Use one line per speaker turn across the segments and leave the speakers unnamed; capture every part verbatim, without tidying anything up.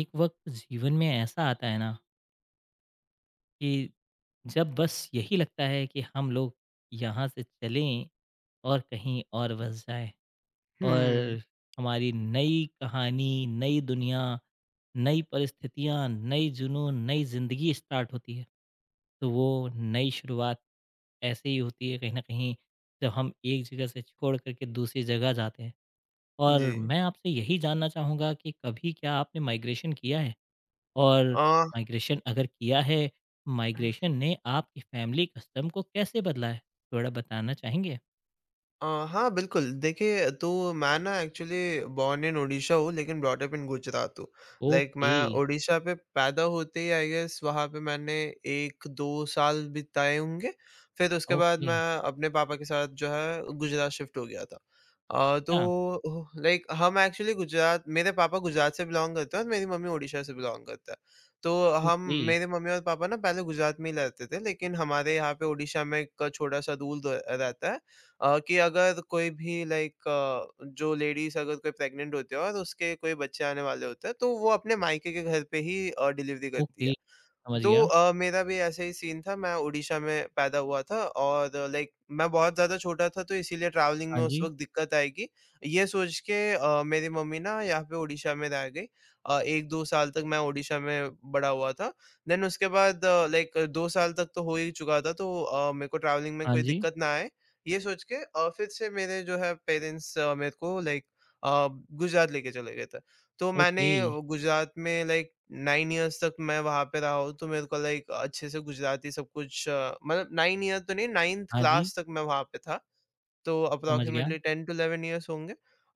एक वक्त जीवन में ऐसा आता है ना कि जब बस यही लगता है कि हम लोग यहाँ से चलें और कहीं और बस जाएं
हुँ,
और हमारी नई कहानी, नई दुनिया, नई परिस्थितियाँ, नई जुनून, नई ज़िंदगी स्टार्ट होती है। तो वो नई शुरुआत ऐसे ही होती है कहीं न कहीं जब हम एक जगह से छोड़ कर के दूसरी जगह जाते हैं। और
जी।
मैं आपसे यही जानना चाहूँगा कि कभी क्या आपने माइग्रेशन किया है? और
अ,
माइग्रेशन अगर किया है,
ह,
माइग्रेशन ने आपकी फैमिली कस्टम को कैसे बदला है? थोड़ा बताना चाहेंगे?
अ, हाँ, बिल्कुल। देखिए, तो मैं ना एक्चुअली बॉर्न इन ओडिशा हूँ लेकिन ब्रॉट अप इन गुजरात हूँ। लाइक
ओके,
मैं ओडिशा पे पैदा होते ही आई गेस वहाँ पे मैंने एक दो साल बिताए होंगे। फिर उसके बाद
ओके।
मैं अपने पापा के साथ जो है गुजरात शिफ्ट हो गया था। अ, तो
अच्छा,
ओह लाइक हम एक्चुअली गुजरात मेरे पापा गुजरात से बिलॉन्ग करते हैं और मेरी मम्मी ओडिशा से बिलॉन्ग करते हैं। तो हम
ओके,
मेरे मम्मी और पापा ना पहले गुजरात में ही रहते थे लेकिन हमारे यहाँ पे ओडिशा में एक छोटा-सा दूर द रहता है अ, कि अगर कोई भी लाइक अ, जो लेडीज़ अगर कोई प्रेग्नेंट होती है और उसके कोई बच्चे आने वाले होते हैं, तो वो अपने मायके के घर पे ही अ, डिलीवरी करती
ओके।
है।
समझ
तो
गया।
अ, मेरा भी ऐसा ही सीन था, मैं उड़ीसा में पैदा हुआ था और लाइक मैं बहुत ज़्यादा छोटा था तो इसीलिए ट्रैवलिंग
हाँ
में उस
जी,
वक़्त दिक्कत आएगी, ये सोच के अ, मेरी मम्मी ना यहाँ पे उड़ीसा में रह गई। अ, एक दो साल तक मैं उड़ीसा में बड़ा हुआ था। देन उसके बाद लाइक दो साल तक तो हो ही चुका था तो अ, मेरे को ट्रैवलिंग में
हाँ
कोई
जी,
दिक्कत ना आए, ये सोच के अ, फिर से मेरे जो है पेरेंट्स अ, मेरे को लाइक अ, गुजरात लेके चले गए थे। तो
ओके।
मैंने गुजरात में लाइक नाइन इयर्स तक मैं वहाँ पे रहा हूँ, तो मेरे को लाइक अच्छे से गुजराती सब कुछ अ, मतलब नाइन ईयर तो नहीं नाइंथ
हाँ जी,
क्लास तक मैं वहाँ पे था। तो
समझ गया।
Approximately ten to eleven years होंगे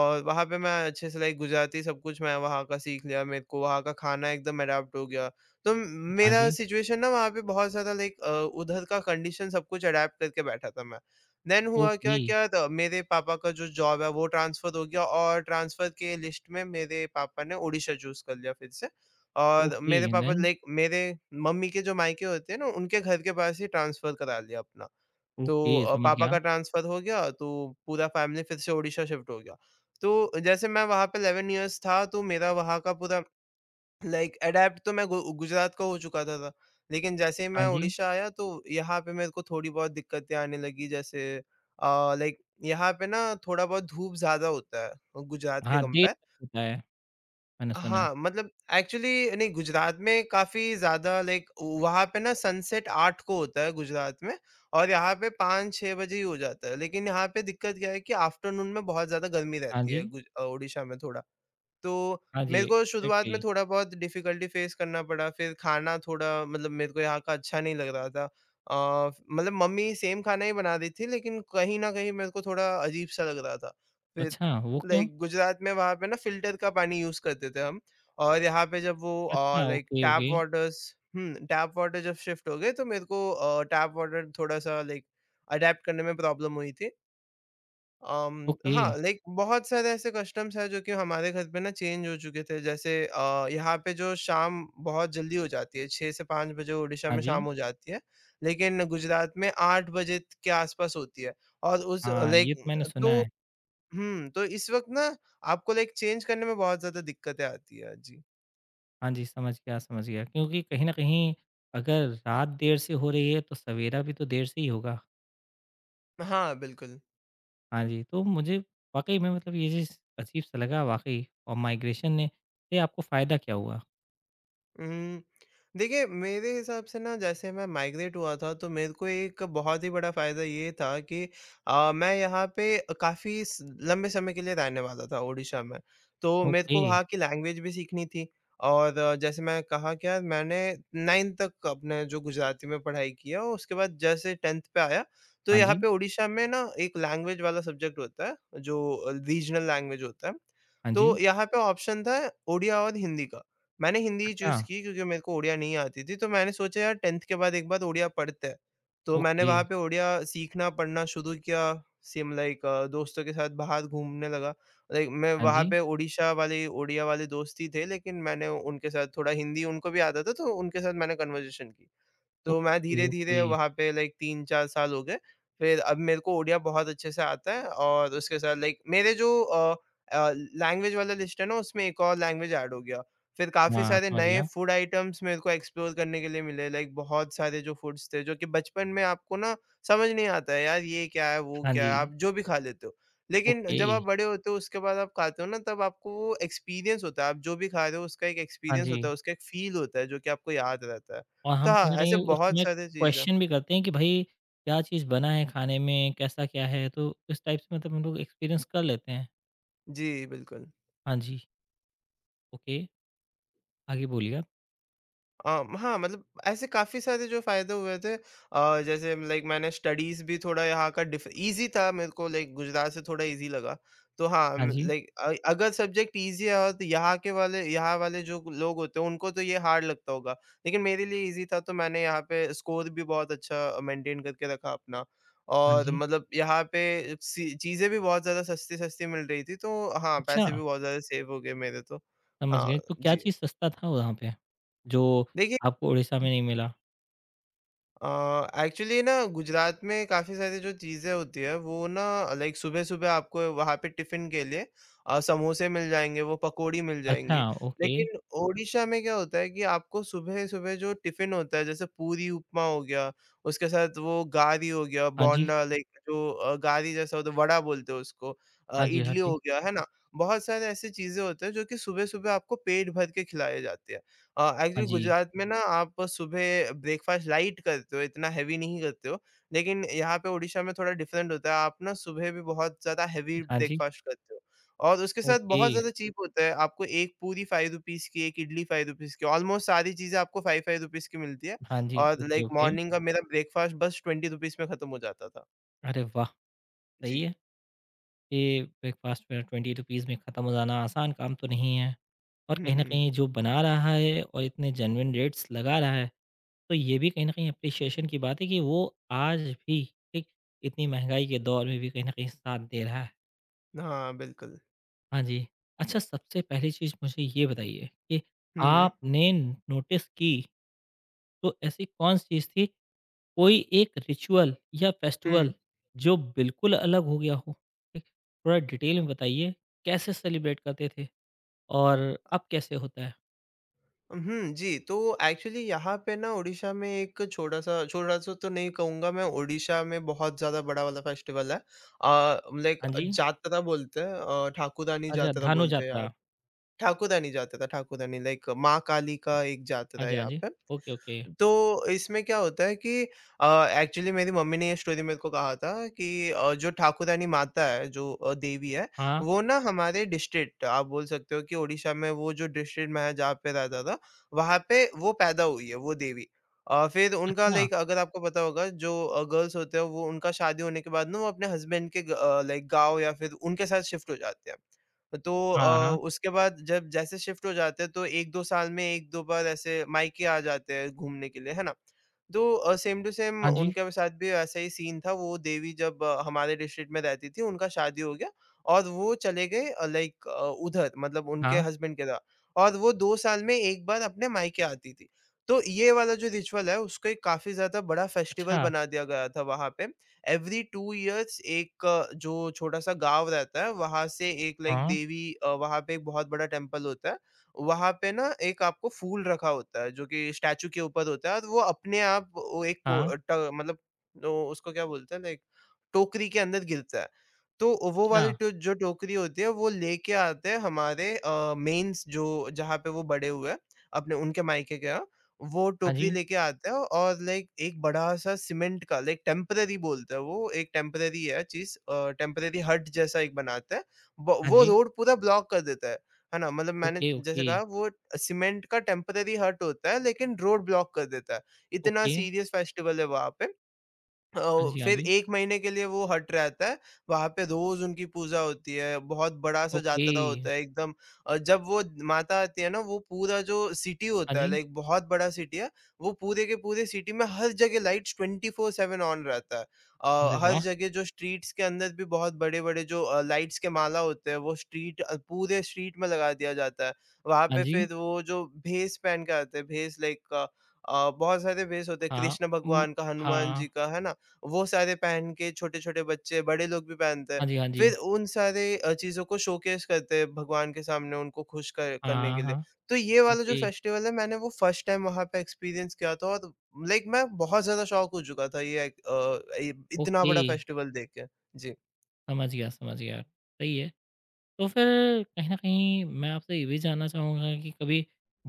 और वहाँ पे मैं अच्छे से लाइक गुजराती सब कुछ मैं वहाँ का सीख लिया, मेरे को वहाँ का खाना एकदम अडॉप्ट हो गया। तो म-
हाँ
मेरा
जी,
सिचुएशन ना वहाँ पे बहुत ज़्यादा लाइक अ, उधर का कंडीशन सब कुछ अडॉप्ट करके बैठा था मैं। देन हुआ क्या
ओके,
क्या त मेरे पापा का जो जॉब है वो ट्रांसफ़र हो गया और ट्रांसफ़र के लिस्ट में मेरे पापा ने ओडिशा चूज़ कर लिया फिर से। और
ओके
मेरे
एंड
पापा
देन?
लाइक मेरे मम्मी के जो मायके होते हैं ना, उनके घर के पास ही ट्रांसफ़र करा लिया अपना। तो
ओके,
अ,
समझ
पापा
गया।
का ट्रांसफ़र हो गया तो पूरा फ़ैमिली फिर से ओडिशा शिफ्ट हो गया। तो जैसे मैं वहाँ पे इलेवन इयर्स था तो मेरा वहाँ का पूरा लाइक अडैप्ट तो मैं गु गुजरात का हो चुका था था। लेकिन जैसे ही
हाँ
मैं
जी,
ओडिशा आया तो यहाँ पे मेरे को थोड़ी बहुत दिक्कतें आने लगी जैसे अ, लाइक यहाँ पे ना थोड़ा बहुत धूप ज़्यादा होता है गुजरात के
हाँ, देर
कंपेयर।
तक होता है, मैंने सुना है।
हाँ, मतलब एक्चुअली नहीं गुजरात में काफ़ी ज़्यादा लाइक वहाँ पे ना सनसेट आठ को होता है गुजरात में और यहाँ पे पांच छह बजे ही हो जाता है। लेकिन यहाँ पे दिक्कत क्या है कि आफ्टरनून में बहुत ज़्यादा गर्मी
हाँ
रहती है
जी,
गुज अ, ओडिशा में थोड़ा। तो
हाँ जी,
मेरे को शुरुआत में
एग्ज़ैक्टली।
थोड़ा-बहुत डिफ़िकल्टी फ़ेस करना पड़ा, फिर खाना थोड़ा मतलब मेरे को यहाँ का अच्छा नहीं लग रहा था। अ, मतलब मम्मी सेम खाना ही बना रही थी, लेकिन कहीं न कहीं मेरे को थोड़ा अजीब-सा लग रहा था। फिर
अच्छा, वो क्यों?
लाइक गुजरात में वहाँ पे ना फ़िल्टर का पानी यूज़ करते थे हम और यहाँ पे जब वो अ,
अच्छा,
like
okay,
tap
okay,
waters हुँ, टैप वाटर जब शिफ़्ट हो गए, तो मेरे को अ, टैप वाटर थोड़ा-सा लाइक अडैप्ट करने में प्रॉब्लम हुई थी। अम,
ओके।
हाँ, लाइक बहुत सारे ऐसे कस्टम्स हैं जो कि हमारे घर पे ना चेंज हो चुके थे। जैसे अ, यहाँ पे जो शाम बहुत जल्दी हो जाती है, छह से पांच बजे ओडिशा
हाँ
में शाम
जी,
हो जाती है, लेकिन गुजरात में आठ बजे के आसपास होती है और उस
हाँ, ये
लाइक
तो मैंने सुना
तो
है।
हुँ, तो इस वक़्त ना आपको लाइक चेंज करने में बहुत ज़्यादा दिक्कतें आती है। जी।
हाँ जी, समझ गया, समझ गया। क्योंकि कहीं न कहीं अगर रात देर से हो रही है, तो सवेरा भी तो देर से ही होगा।
हाँ, बिल्कुल।
हाँ जी, तो मुझे वाक़ई में मतलब ये चीज़ अजीब-सा लगा वाक़ई और माइग्रेशन ने से आपको फ़ायदा क्या हुआ?
उम, देखिए मेरे हिसाब से ना जैसे मैं माइग्रेट हुआ था तो मेरे को एक बहुत ही बड़ा फ़ायदा ये था कि अ, मैं यहाँ पे काफ़ी स लंबे समय के लिए रहने वाला था ओडिशा में। तो मेरे
ओके।
को वहाँ की लैंग्वेज भी सीखनी थी और आ, जैसे मैं कहा क्या मैंने नाइंथ तक अपने जो गुजराती में पढ़ाई किया और उसके बाद जैसे टेन्थ पे आया तो
हाँ
यहाँ
जी,
पे ओडिशा में ना एक लैंग्वेज वाला सब्जेक्ट होता है जो रीजनल लैंग्वेज होता है।
हाँ
तो
जी।
यहाँ पे ऑप्शन था ओडिया और हिंदी का। मैंने हिंदी
अच्छा,
चूज़ की क्योंकि मेरे को ओडिया नहीं आती थी, तो मैंने सोचा यार टेन्थ के बाद एक बार ओडिया पढ़ते हैं। तो मैंने
ओके।
वहाँ पे ओडिया सीखना, पढ़ना शुरू किया, सेम लाइक दोस्तों के साथ बाहर घूमने लगा। लाइक मैं
हाँ
वहाँ
जी।
पे ओडिशा वाले ओडिया वाले दोस्त ही थे, लेकिन मैंने उनके साथ थोड़ा हिंदी उनको भी आता था, तो उनके साथ मैंने कन्वर्सेशन की। तो मैं
ओके, ओके।
धीरे-धीरे वहाँ पे लाइक तीन चार साल हो गए। फिर अब मेरे को ओडिया बहुत अच्छे से आता है और उसके साथ लाइक मेरे जो अ अ, लैंग्वेज वाला लिस्ट है ना उसमें एक और लैंग्वेज ऐड हो गया। फिर काफ़ी
हाँ,
सारे
समझ
नए
गया।
फूड आइटम्स मेरे को एक्सप्लोर करने के लिए मिले लाइक बहुत सारे जो फूड्स थे जो कि बचपन में आपको ना समझ नहीं आता है यार ये क्या है, वो
हाँ
क्या
जी,
है, आप जो भी खा लेते हो। लेकिन
ओके।
जब आप बड़े होते हो उसके बाद आप खाते हो ना तब आपको वो एक्सपीरियंस होता है। आप जो भी खा रहे हो उसका एक
हाँ
एक्सपीरियंस
जी।
होता है, उसका एक फ़ील होता है जो कि आपको याद रहता है।
और
तो
हम
हाँ,
कहीं न कहीं
ऐसे बहुत
उसमें
सारे चीज़ हैं।
क्वेश्चन भी करते हैं कि भई क्या चीज़ बना है खाने में, कैसा क्या है? तो इस टाइप से मतलब हम लोग एक्सपीरियंस कर लेते हैं।
जी, बिल्कुल।
हाँ जी, ओके, आगे बोलिए आप।
अम, हाँ, मतलब ऐसे काफ़ी सारे जो फ़ायदे हुए थे अ, जैसे लाइक मैंने स्टडीज़ भी थोड़ा यहाँ का डिफ ईज़ी था मेरे को लाइक गुजरात से थोड़ा ईज़ी लगा। तो हाँ,
हाँ
म
जी,
लाइक अ, अगर सब्जेक्ट ईज़ी है और तो यहाँ के वाले यहाँ वाले जो लोग होते हैं उनको तो ये हार्ड लगता होगा। लेकिन मेरे लिए ईज़ी था तो मैंने यहाँ पे स्कोर भी बहुत अच्छा मेंटेन करके रखा अपना।
हाँ
और
जी।
मतलब यहाँ पे सी चीज़ें भी बहुत ज़्यादा सस्ती-सस्ती मिल रही थी तो हाँ,
अच्छा,
पैसे भी बहुत ज़्यादा सेव हो गए मेरे तो।
समझ
हाँ,
गए, तो क्या
जी।
चीज़ सस्ता था वहाँ पे, जो
देखिए
आपको उड़ीसा में नहीं मिला?
एक्चुअली ना गुजरात में काफ़ी सारी जो चीज़ें होती है वो ना लाइक सुबह सुबह आपको वहाँ पे टिफ़िन के लिए अ, समोसे मिल जाएँगे, वो पकौड़ी मिल
अच्छा,
जाएँगी।
ओके,
लेकिन ओडिशा में क्या होता है कि आपको सुबह-सुबह जो टिफ़िन होता है जैसे पूरी उपमा हो गया, उसके साथ वो गारी हो गया,
हाँ जी,
बोंडा लाइक जो अ, गारी जैसा होता है वड़ा बोलते हैं उसको अ,
हाँ जी, हाँ
इडली हो
जी,
गया, है ना? बहुत सारे ऐसी चीज़ें होते हैं जो कि सुबह-सुबह आपको पेट भर के खिलाए जाते हैं। अ,
हाँ
एक्चुअली
जी,
गुजरात में ना आप सुबह ब्रेकफास्ट लाइट करते हो, इतना हेवी नहीं करते हो। लेकिन यहाँ पे ओडिशा में थोड़ा डिफरेंट होता है, आप ना सुबह भी बहुत ज़्यादा हेवी
हाँ जी,
ब्रेकफास्ट करते हो और उसके साथ
ओके,
बहुत ज़्यादा चीप होता है। आपको एक पूरी ₹पांच की, एक इडली ₹पांच की, ऑलमोस्ट सारी चीज़ें आपको ₹पांच पांच की मिलती है
हाँ जी,
और
ओके,
लाइक
ओके।
मॉर्निंग का मेरा ब्रेकफास्ट बस ₹बीस में खत्म हो जाता था।
अरे वाह!
जी।
सही है, ये ब्रेकफ़ास्ट में ₹बीस रुपये में ख़त्म हो जाना आसान काम तो नहीं है और कहीं न
हुँ।
कहीं जो बना रहा है और इतने जेन्युइन रेट्स लगा रहा है तो ये भी कहीं न कहीं एप्रिसिएशन की बात है कि वो आज भी ठीक इतनी महँगाई के दौर में भी कहीं न कहीं साथ दे रहा है।
हाँ, बिल्कुल।
हाँ जी। अच्छा सबसे पहली चीज़ मुझे ये बताइए कि
हुँ,
आपने नोटिस की तो ऐसी कौन सी चीज़ थी कोई एक रिचुअल या फेस्टिवल
हुँ।
जो बिल्कुल अलग हो गया हो? ठीक, थोड़ा डिटेल में बताइए कैसे सेलिब्रेट करते थे और अब कैसे होता है?
हुँ, जी, तो एक्चुअली यहाँ पे ना ओडिशा में एक छोटा-सा छोटा-सा तो नहीं कहूँगा मैं, ओडिशा में बहुत ज़्यादा बड़ा वाला फेस्टिवल है। अ, लाइक
हाँ जी।
जातरा बोलते हैं अ, ठाकुरदानी
अच्छा
जातरा
धानु
बोलते हैं यहाँ।
यात्रा।
ठाकुरदानी जातरा, ठाकुरदानी लाइक माँ काली का एक
हाँ
जातरा
जी,
है
हाँ
यहाँ
जी।
पे।
Okay, okay.
तो इसमें क्या होता है कि अ, एक्चुअली मेरी मम्मी ने ये स्टोरी मेरे को कहा था कि अ, जो ठाकुरानी माता है, जो अ, देवी है,
हाँ।
वो ना हमारे डिस्ट्रिक्ट आप बोल सकते हो कि ओडिशा में वो जो डिस्ट्रिक्ट मैं जहाँ पे रहता था, वहाँ पे वो पैदा हुई है, वो देवी। अ, फिर उनका
अच्छा।
लाइक अगर आपको पता होगा जो अ, गर्ल्स होते हैं वो उनका शादी होने के बाद ना वो अपने हस्बैंड के ग अ, लाइक गाँव या फिर उनके साथ शिफ्ट हो जाते हैं। तो
हाँ,
अ,
हाँ।
उसके बाद जब जैसे शिफ्ट हो जाते हैं तो एक दो साल में एक दो बार ऐसे मायके आ जाते हैं घूमने के लिए, है ना? तो अ, सेम टू सेम
हाँ जी।
उनके साथ भी ऐसा ही सीन था। वो देवी जब अ, हमारे डिस्ट्रिक्ट में रहती थी, उनका शादी हो गया और वो चले गए, अ, लाइक अ, उधर मतलब उनके
हाँ।
हस्बैंड के साथ, और वो दो साल में एक बार अपने मायके आती थी। तो ये वाला जो रिचुअल है उसको एक काफ़ी ज़्यादा बड़ा फेस्टिवल
अच्छा,
बना दिया गया था वहाँ पे। एवरी टू इयर्स, एक अ, जो छोटा-सा गाँव रहता है, वहाँ से एक लाइक
हाँ,
देवी, अ, वहाँ पे एक बहुत बड़ा टेम्पल होता है। वहाँ पे ना एक आपको फूल रखा होता है, जो कि स्टैच्यू के ऊपर होता है और वो अपने आप वो एक को
हाँ,
ट मतलब वो उसको क्या बोलते हैं, लाइक टोकरी के अंदर गिरता है। तो वो
अच्छा,
वाली टो जो टोकरी होती है, वो लेके आते हैं हमारे अ, मेंस जो जहाँ पे वो बड़े हुए हैं, अपने उनके मायके के यहाँ। वो
हाँ
टोकरी
जी,
लेके आता है और लाइक एक बड़ा-सा सीमेंट का, लाइक टेम्परेरी बोलते हैं वो, एक टेम्परेरी है चीज़, अ, टेम्परेरी हट जैसा एक बनाता है। ब
हाँ
वो
जी,
रोड पूरा ब्लॉक कर देता है। है ना? मतलब मैंने
ओके,
जैसे
ओके,
कहा वो सीमेंट का टेम्परेरी हट होता है लेकिन रोड ब्लॉक कर देता है। इतना
ओके,
सीरियस फेस्टिवल है वहाँ पे।
हाँ
अ,
जी, हाँ
फिर
जी,
एक महीने के लिए वो हट रहता है, वहाँ पे रोज़ उनकी पूजा होती है, बहुत बड़ा-सा
ओके,
जातरा होता है एकदम। अ, जब वो माता आती है ना, वो पूरा जो सिटी
हाँ
होता है
जी,
लाइक बहुत बड़ा सिटी है, वो पूरे के पूरे सिटी में हर जगह lights twenty four by seven on रहता है।
अरे
अ, हर
वाह!
जगह जो स्ट्रीट्स के अंदर भी बहुत बड़े-बड़े जो अ, लाइट्स के माला होते हैं, वो स्ट्रीट अ, पूरे स्ट्रीट में लगा दिया जाता है। वहाँ
हाँ
पे
जी,
फिर वो जो भेष पहन के आते हैं, भेष लाइक, अ, बहुत सारे भेष होते हैं,
हाँ,
कृष्ण
उम,
भगवान का, हनुमान
हाँ,
जी का, है ना? वो सारे पहन के छोटे-छोटे बच्चे, बड़े लोग भी पहनते हैं।
हाँ जी, हाँ जी,
फिर उन सारे अ, चीज़ों को शोकेस करते हैं भगवान के सामने उनको खुश कर करने
हाँ,
के लिए।
हाँ,
तो ये वाला जो
ओके,
फेस्टिवल है मैंने वो फर्स्ट टाइम वहाँ पे एक्सपीरियंस किया था, और लाइक मैं बहुत ज़्यादा शॉक हो चुका था ये अ, इ इतना
ओके,
बड़ा फेस्टिवल देख के। जी।
समझ गया, समझ गया, सही है। तो फिर कहीं न कहीं मैं आपसे ये भी जानना चाहूँगा कि कभी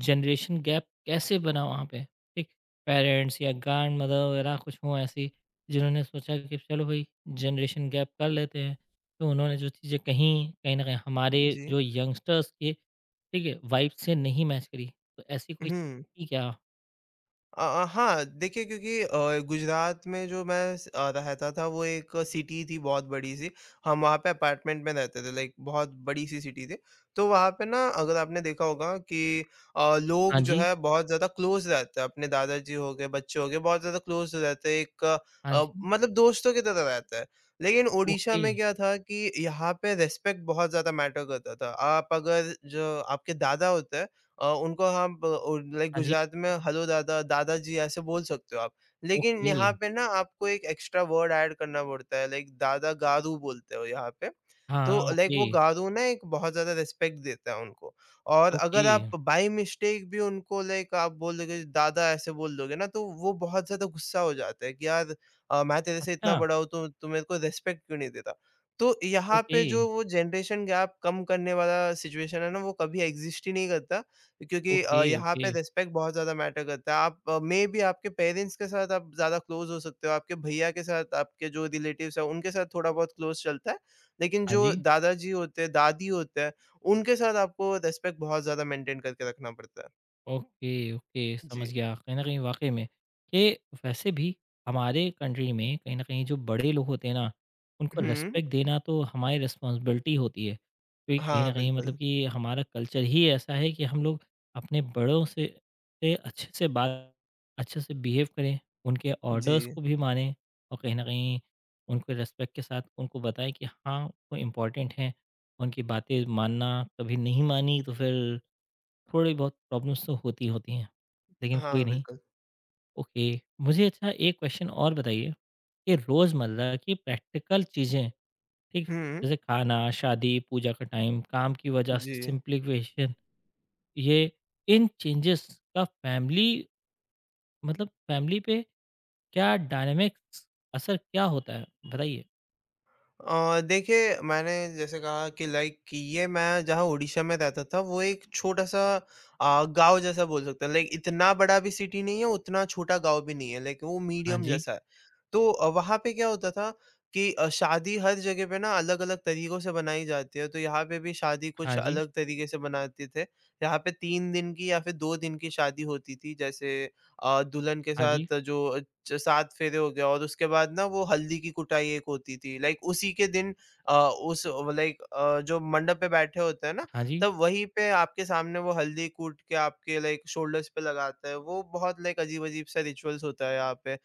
जनरेशन गैप कैसे बना वहाँ पे? ठीक, पेरेंट्स या ग्रैंडमदर वगैरह कुछ हों ऐसी, जिन्होंने सोचा कि चलो भई जनरेशन गैप कर लेते हैं। तो उन्होंने जो चीज़ें कहीं, कहीं न कहीं हमारे
जी।
जो यंगस्टर्स के ठीक है, वाइब से नहीं मैच करी। तो ऐसी कोई
हुँ।
चीज़ थी क्या?
अ अ, हाँ, देखिए क्योंकि अ, गुजरात में जो मैं स अ, रहता था वो एक सिटी थी बहुत बड़ी-सी। हम वहाँ पे अपार्टमेंट में रहते थे, लाइक बहुत बड़ी-सी सिटी थी। तो वहाँ पे ना अगर आपने देखा होगा कि अ,
हाँ
लोग जो
जी,
है बहुत ज़्यादा क्लोज़ रहते हैं। अपने दादाजी हो गए, बच्चे हो गए बहुत ज़्यादा क्लोज़ रहते हैं एक, अ,
हाँ
अ,
जी,
मतलब दोस्तों की तरह रहते हैं। लेकिन ओडिशा
ओके,
में क्या था कि यहाँ पे रिस्पेक्ट बहुत ज़्यादा मैटर करता था। आप अगर जो आपके दादा होते हैं, अ, उनको हम ब लाइक
हाँ जी,
गुजरात में हेलो दादा, दादा जी ऐसे बोल सकते हो आप। लेकिन
ओके,
यहाँ पे ना आपको एक एक्स्ट्रा वर्ड ऐड करना पड़ता है, लाइक दादा गारू बोलते हो यहाँ पे। तो
हाँ, हाँ,
लाइक वो
ओके,
गारू ना एक बहुत ज़्यादा रिस्पेक्ट देता है उनको, और
ओके,
अगर आप बाय मिस्टेक भी उनको लाइक आप बोल दोगे दादा ऐसे बोल दोगे ना तो वो बहुत ज़्यादा गुस्सा हो जाता है कि यार, अ, मैं तेरे से इतना
अच्छा,
बड़ा हूँ तो तू मेरे को रिस्पेक्ट क्यों नहीं देता? तो यहाँ
ओके,
पे जो वो जनरेशन गैप कम करने वाला सिचुएशन है ना वो कभी एग्ज़िस्ट ही नहीं करता, क्योंकि
ओके,
अ, यहाँ पे
ओके,
रिस्पेक्ट बहुत ज़्यादा मैटर करता है। आप, अ, मेबी आपके पेरेंट्स के साथ आप ज़्यादा क्लोज़ हो सकते हो, आपके भैया के साथ, आपके जो रिलेटिव्स हैं उनके साथ थोड़ा बहुत क्लोज़ चलता है। लेकिन
हाँ
जो
जी।
दादाजी होते हैं, दादी होते हैं, उनके साथ आपको रिस्पेक्ट बहुत ज़्यादा मेंटेन करके रखना पड़ता है।
ओके, ओके,
जी।
समझ गया। कहीं न कहीं वाक़ई में ये वैसे भी हमारे कंट्री में कहीं न कहीं जो बड़े लोग होते हैं ना, उनको
हुँ।
रिस्पेक्ट देना तो हमारी रिस्पॉन्सिबिलिटी होती है। क्योंकि कहीं
हाँ,
न कहीं मतलब
बिल्कुल।
कि हमारा कल्चर ही ऐसा है कि हम लोग अपने बड़ों से से अच्छे से बात अच्छे से बिहेव करें, उनके
जी।
ऑर्डर्स को भी मानें और कहीं न कहीं उनको रिस्पेक्ट के साथ उनको बताएँ कि हाँ, वो इम्पोर्टेंट हैं, उनकी बातें मानना। कभी नहीं मानी तो फिर थोड़ी बहुत प्रॉब्लम्स तो होती होती हैं, लेकिन कोई
हाँ,
नहीं
बिल्कुल।
ओके। मुझे अच्छा एक क्वेश्चन और बताइए कि रोज़मर्रा की प्रैक्टिकल चीज़ें, ठीक?
हुँ,
जैसे खाना, शादी, पूजा का टाइम, काम की वजह से
जी।
सिम्प्लीफिकेशन ये इन चेंजेस का फैमिली मतलब फैमिली पे क्या डायनामिक्स असर क्या होता है? बताइए।
अ, देखिए, मैंने जैसे कहा कि लाइक कि ये मैं जहाँ उड़ीसा में रहता था वो एक छोटा-सा, अ, गाँव जैसा बोल सकते हैं। लाइक इतना बड़ा भी सिटी नहीं है, उतना छोटा गाँव भी नहीं है, लाइक वो
हाँ
मीडियम
जी,
जैसा है। तो अ, वहाँ पे क्या होता था कि अ, शादी हर जगह पे ना अलग-अलग तरीकों से बनाई जाती है, तो यहाँ पे भी शादी
हाँ
कुछ
जी,
अलग तरीके से बनाते थे। यहाँ पे तीन दिन की या फिर दो दिन की शादी होती थी जैसे, अ, दुल्हन के
हाँ जी,
साथ जो च सात फेरे हो गया और उसके बाद ना वो हल्दी की कुटाई एक होती थी। लाइक उसी के दिन, अ, उस लाइक अ, जो मंडप पे बैठे होते हैं ना,
हाँ जी,
तब वहीं पे आपके सामने वो हल्दी कूट के आपके लाइक शोल्डर्स पे लगाता है। वो बहुत लाइक अजीब-अजीब सा रिचुअल्स होता है यहाँ पे।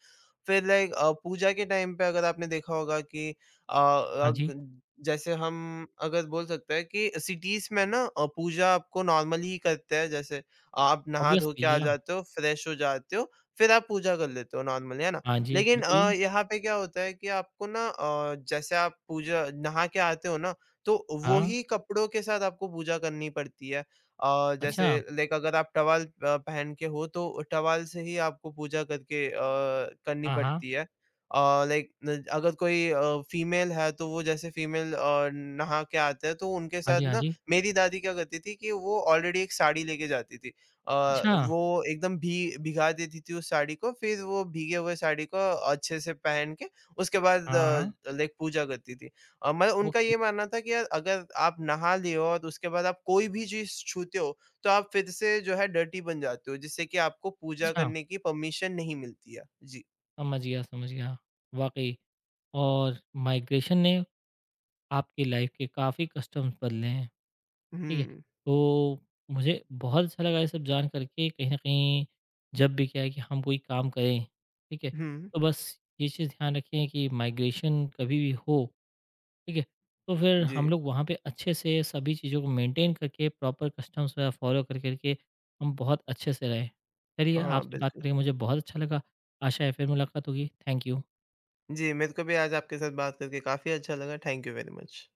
फिर लाइक अ, पूजा के टाइम पे अगर आपने देखा होगा कि अ
हाँ
अ,
जी।
ग जैसे हम अगर बोल सकते हैं कि सिटीज़ में ना अ, पूजा आपको नॉर्मली ही करते हैं, जैसे आप नहा धो के
ऑब्वियसली
आ
या
जाते हो, फ्रेश हो जाते हो, फिर आप पूजा कर लेते हो नॉर्मली, है ना?
हाँ जी,
लेकिन अ,
बिल्कुल।
यहाँ पे क्या होता है कि आपको ना, अ, जैसे आप पूजा नहा के आते हो ना, तो वो
हाँ,
ही कपड़ों के साथ आपको पूजा करनी पड़ती है। अ,
अच्छा।
जैसे लाइक अगर आप टॉवल अ, पहन के हो, तो टॉवल से ही आपको पूजा करके, अ, करनी
हाँ, हाँ।
पड़ती है। अ, लाइक न अगर कोई अ, फीमेल है, तो वो जैसे फीमेल अ, नहा के आते हैं, तो उनके
हाँ
साथ
जी, हाँ
ना
जी।
मेरी दादी क्या करती थी कि वो ऑलरेडी एक साड़ी लेके जाती थी। अ,
अच्छा,
वो एकदम भी भिगा देती थी उस साड़ी को, फिर वो भीगे हुए साड़ी को अच्छे से पहन के उसके बाद
हाँ, हाँ।
अ, लाइक पूजा करती थी। अ, मतलब उनका
ओके,
ये मानना था कि यार अगर आप नहा लिए हो और उसके बाद आप कोई भी चीज़ छूते हो, तो आप फिर से जो है डर्टी बन जाते हो, जिससे कि आपको पूजा
अच्छा,
करने की परमिशन नहीं मिलती है। जी।
समझ गया, समझ गया। वाक़ई और माइग्रेशन ने आपकी लाइफ़ के काफ़ी कस्टम्स बदले हैं, ठीक है?
हुँ।
तो मुझे बहुत अच्छा लगा ये सब जान कर के कहीं न कहीं जब भी क्या है कि हम कोई काम करें, ठीक है?
हुँ।
तो बस ये चीज़ ध्यान रखें कि माइग्रेशन कभी भी हो ठीक है? तो फिर हम
जी।
लोग वहाँ पे अच्छे से सभी चीज़ों को मेंटेन करके प्रॉपर कस्टम्स वगैरह फॉलो कर कर के हम बहुत अच्छे से रहे। चलिए
हाँ,
आपसे बात
बिल्कुल।
करके मुझे बहुत अच्छा लगा। आशा है फिर मुलाकात होगी। Thank you.
जी, मेरे को भी आज आपके साथ बात करके काफ़ी अच्छा लगा। Thank you very much.